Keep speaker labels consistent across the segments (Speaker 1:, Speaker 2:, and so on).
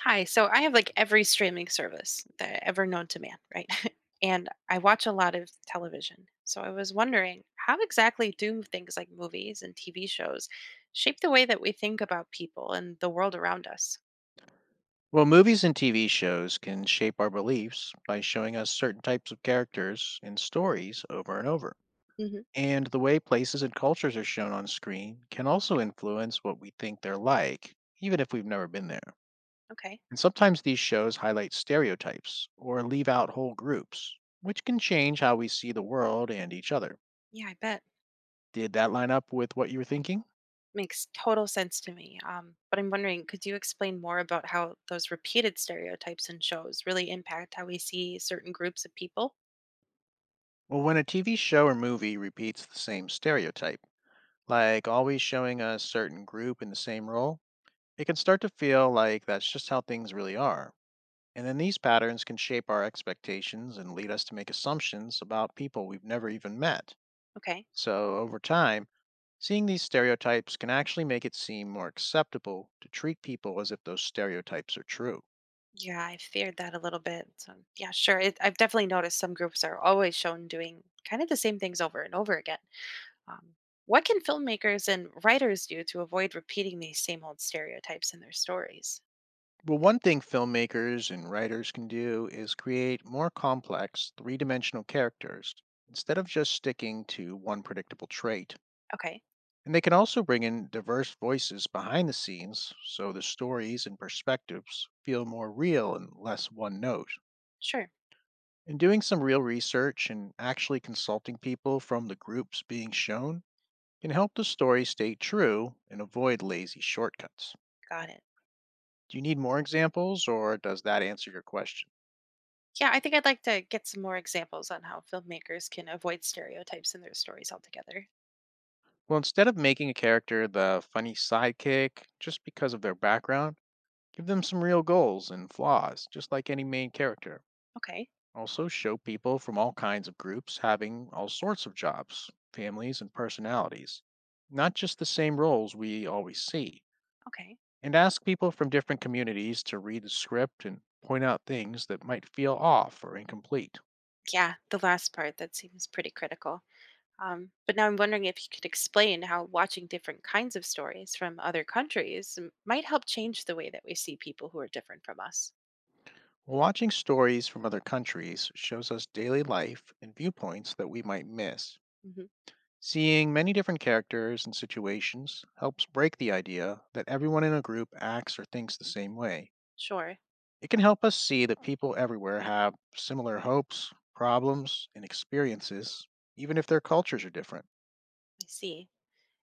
Speaker 1: Hi. So I have like every streaming service that ever known to man, right? And I watch a lot of television. So I was wondering, how exactly do things like movies and TV shows shape the way that we think about people and the world around us?
Speaker 2: Well, movies and TV shows can shape our beliefs by showing us certain types of characters and stories over and over.
Speaker 1: Hmm.
Speaker 2: And the way places and cultures are shown on screen can also influence what we think they're like, even if we've never been there.
Speaker 1: Okay.
Speaker 2: And sometimes these shows highlight stereotypes or leave out whole groups, which can change how we see the world and each other.
Speaker 1: Yeah, I bet.
Speaker 2: Did that line up with what you were thinking?
Speaker 1: Makes total sense to me. But I'm wondering, could you explain more about how those repeated stereotypes in shows really impact how we see certain groups of people?
Speaker 2: Well, when a TV show or movie repeats the same stereotype, like always showing a certain group in the same role, it can start to feel like that's just how things really are. And then these patterns can shape our expectations and lead us to make assumptions about people we've never even met.
Speaker 1: Okay.
Speaker 2: So, over time, seeing these stereotypes can actually make it seem more acceptable to treat people as if those stereotypes are true.
Speaker 1: Yeah, I feared that a little bit. So, yeah, sure. It, I've definitely noticed some groups are always shown doing kind of the same things over and over again. Um, what can filmmakers and writers do to avoid repeating these same old stereotypes in their stories?
Speaker 2: Well, one thing filmmakers and writers can do is create more complex, three dimensional characters instead of just sticking to one predictable trait.
Speaker 1: Okay,
Speaker 2: And they can also bring in diverse voices behind the scenes so the stories and perspectives feel more real and less one note.
Speaker 1: sure.
Speaker 2: And doing some real research and actually consulting people from the groups being shown can help the story stay true and avoid lazy shortcuts.
Speaker 1: Got it.
Speaker 2: Do you need more examples or does that answer your question?
Speaker 1: Yeah, I think I'd like to get some more examples on how filmmakers can avoid stereotypes in their stories altogether.
Speaker 2: Well, instead of making a character the funny sidekick just because of their background, give them some real goals and flaws, just like any main character.
Speaker 1: Okay,
Speaker 2: Also, show people from all kinds of groups having all sorts of jobs, families, and personalities, not just the same roles we always see.
Speaker 1: okay.
Speaker 2: And ask people from different communities to read the script and point out things that might feel off or incomplete.
Speaker 1: Yeah, the last part that seems pretty critical. But now I'm wondering if you could explain how watching different kinds of stories from other countries might help change the way that we see people who are different from us.
Speaker 2: Watching stories from other countries shows us daily life and viewpoints that we might miss.
Speaker 1: Hmm.
Speaker 2: Seeing many different characters and situations helps break the idea that everyone in a group acts or thinks the same way.
Speaker 1: Sure,
Speaker 2: It can help us see that people everywhere have similar hopes, problems, and experiences, even if their cultures are different.
Speaker 1: I see.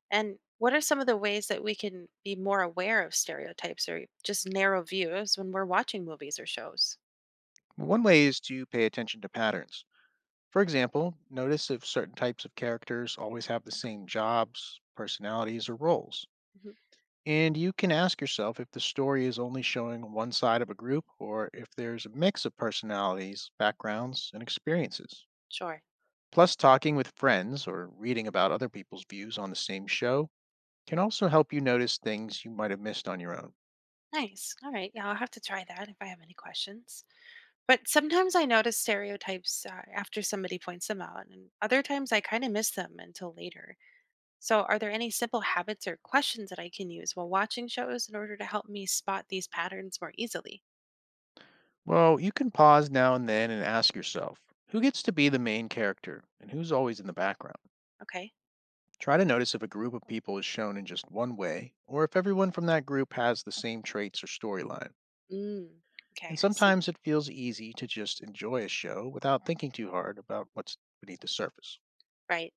Speaker 1: And what are some of the ways that we can be more aware of stereotypes or just narrow views when we're watching movies or shows?
Speaker 2: One way is to pay attention to patterns. For example, notice if certain types of characters always have the same jobs, personalities, or roles.
Speaker 1: Hmm.
Speaker 2: And you can ask yourself if the story is only showing one side of a group or if there's a mix of personalities, backgrounds, and experiences.
Speaker 1: Sure.
Speaker 2: Plus, talking with friends or reading about other people's views on the same show can also help you notice things you might have missed on your own.
Speaker 1: Nice. All right. Yeah, I'll have to try that if I have any questions. But sometimes I notice stereotypes after somebody points them out, and other times I kind of miss them until later. So, are there any simple habits or questions that I can use while watching shows in order to help me spot these patterns more easily?
Speaker 2: Well, you can pause now and then and ask yourself, who gets to be the main character and who's always in the background?
Speaker 1: Okay.
Speaker 2: Try to notice if a group of people is shown in just one way or if everyone from that group has the same traits or storyline.
Speaker 1: Mm.
Speaker 2: And
Speaker 1: Okay, I see.
Speaker 2: sometimes it feels easy to just enjoy a show without thinking too hard about what's beneath the surface.
Speaker 1: Right.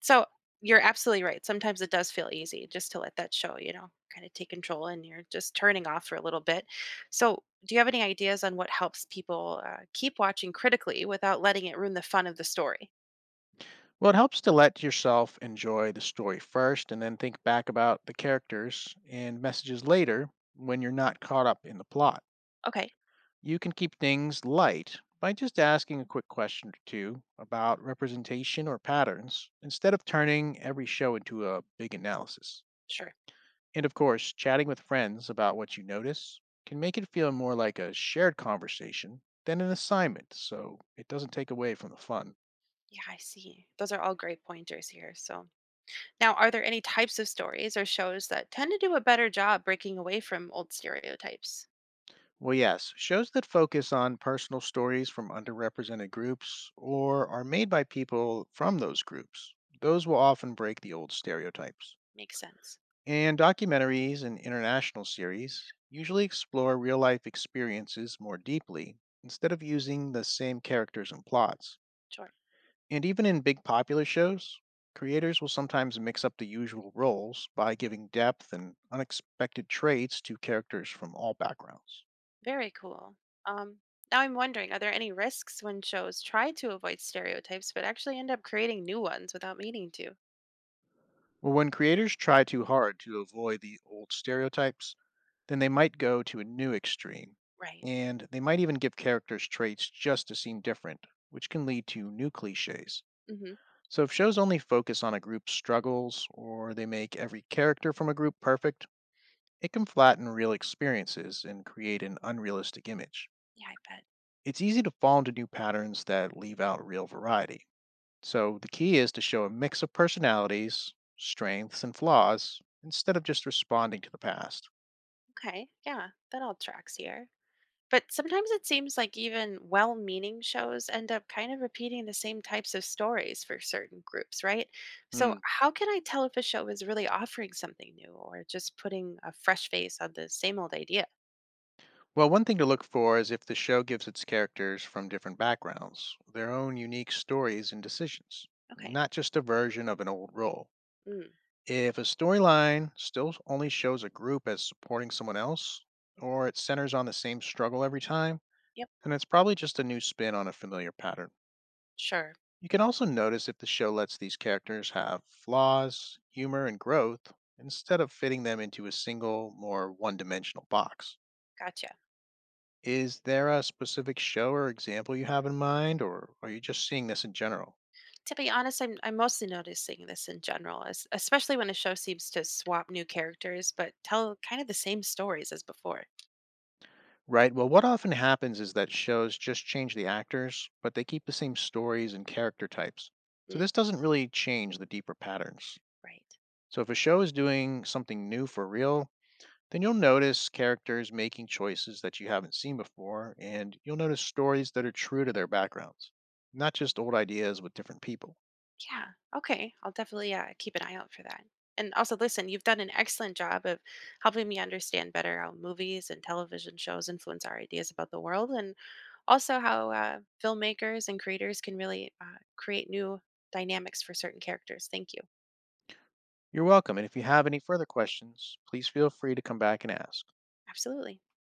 Speaker 1: So, you're absolutely right. Sometimes it does feel easy just to let that show, you know, kind of take control and you're just turning off for a little bit. So, do you have any ideas on what helps people keep watching critically without letting it ruin the fun of the story?
Speaker 2: Well, it helps to let yourself enjoy the story first and then think back about the characters and messages later when you're not caught up in the plot.
Speaker 1: Okay,
Speaker 2: You can keep things light by just asking a quick question or two about representation or patterns instead of turning every show into a big analysis.
Speaker 1: sure.
Speaker 2: And of course, chatting with friends about what you notice can make it feel more like a shared conversation than an assignment, so it doesn't take away from the fun.
Speaker 1: Yeah, I see. Those are all great pointers here. So, now, are there any types of stories or shows that tend to do a better job breaking away from old stereotypes?
Speaker 2: Well, yes, shows that focus on personal stories from underrepresented groups or are made by people from those groups, those will often break the old stereotypes.
Speaker 1: Makes sense.
Speaker 2: And documentaries and international series usually explore real life experiences more deeply instead of using the same characters and plots.
Speaker 1: Sure.
Speaker 2: And even in big popular shows, creators will sometimes mix up the usual roles by giving depth and unexpected traits to characters from all backgrounds.
Speaker 1: Very cool. Um, Now I'm wondering, are there any risks when shows try to avoid stereotypes but actually end up creating new ones without meaning to?
Speaker 2: Well, when creators try too hard to avoid the old stereotypes, then they might go to a new extreme.
Speaker 1: Right.
Speaker 2: And they might even give characters traits just to seem different, which can lead to new cliches.
Speaker 1: Mm-hmm.
Speaker 2: So if shows only focus on a group's struggles, or they make every character from a group perfect, it can flatten real experiences and create an unrealistic image.
Speaker 1: Yeah, I bet.
Speaker 2: It's easy to fall into new patterns that leave out real variety. So the key is to show a mix of personalities, strengths, and flaws instead of just responding to the past.
Speaker 1: Okay. Yeah, that all tracks here. But sometimes it seems like even well meaning shows end up kind of repeating the same types of stories for certain groups, right? So,
Speaker 2: Hmm.
Speaker 1: how can I tell if a show is really offering something new or just putting a fresh face on the same old idea?
Speaker 2: Well, one thing to look for is if the show gives its characters from different backgrounds their own unique stories and decisions,
Speaker 1: Okay.
Speaker 2: not just a version of an old role.
Speaker 1: Mm,
Speaker 2: If a storyline still only shows a group as supporting someone else, or it centers on the same struggle every time,
Speaker 1: yep.
Speaker 2: then it's probably just a new spin on a familiar pattern.
Speaker 1: Sure.
Speaker 2: You can also notice if the show lets these characters have flaws, humor, and growth instead of fitting them into a single, more one dimensional box.
Speaker 1: Gotcha.
Speaker 2: Is there a specific show or example you have in mind, or are you just seeing this in general?
Speaker 1: To be honest, I'm mostly noticing this in general, especially when a show seems to swap new characters but tell kind of the same stories as before.
Speaker 2: Right, well, what often happens is that shows just change the actors, but they keep the same stories and character types. So
Speaker 1: Mm,
Speaker 2: this doesn't really change the deeper patterns.
Speaker 1: right.
Speaker 2: So if a show is doing something new for real, then you'll notice characters making choices that you haven't seen before, and you'll notice stories that are true to their backgrounds, not just old ideas with different people.
Speaker 1: Yeah. Okay. I'll definitely keep an eye out for that. And also, listen, you've done an excellent job of helping me understand better how movies and television shows influence our ideas about the world, and also how filmmakers and creators can really create new dynamics for certain characters. Thank you.
Speaker 2: You're welcome, and if you have any further questions, please feel free to come back and ask.
Speaker 1: Absolutely.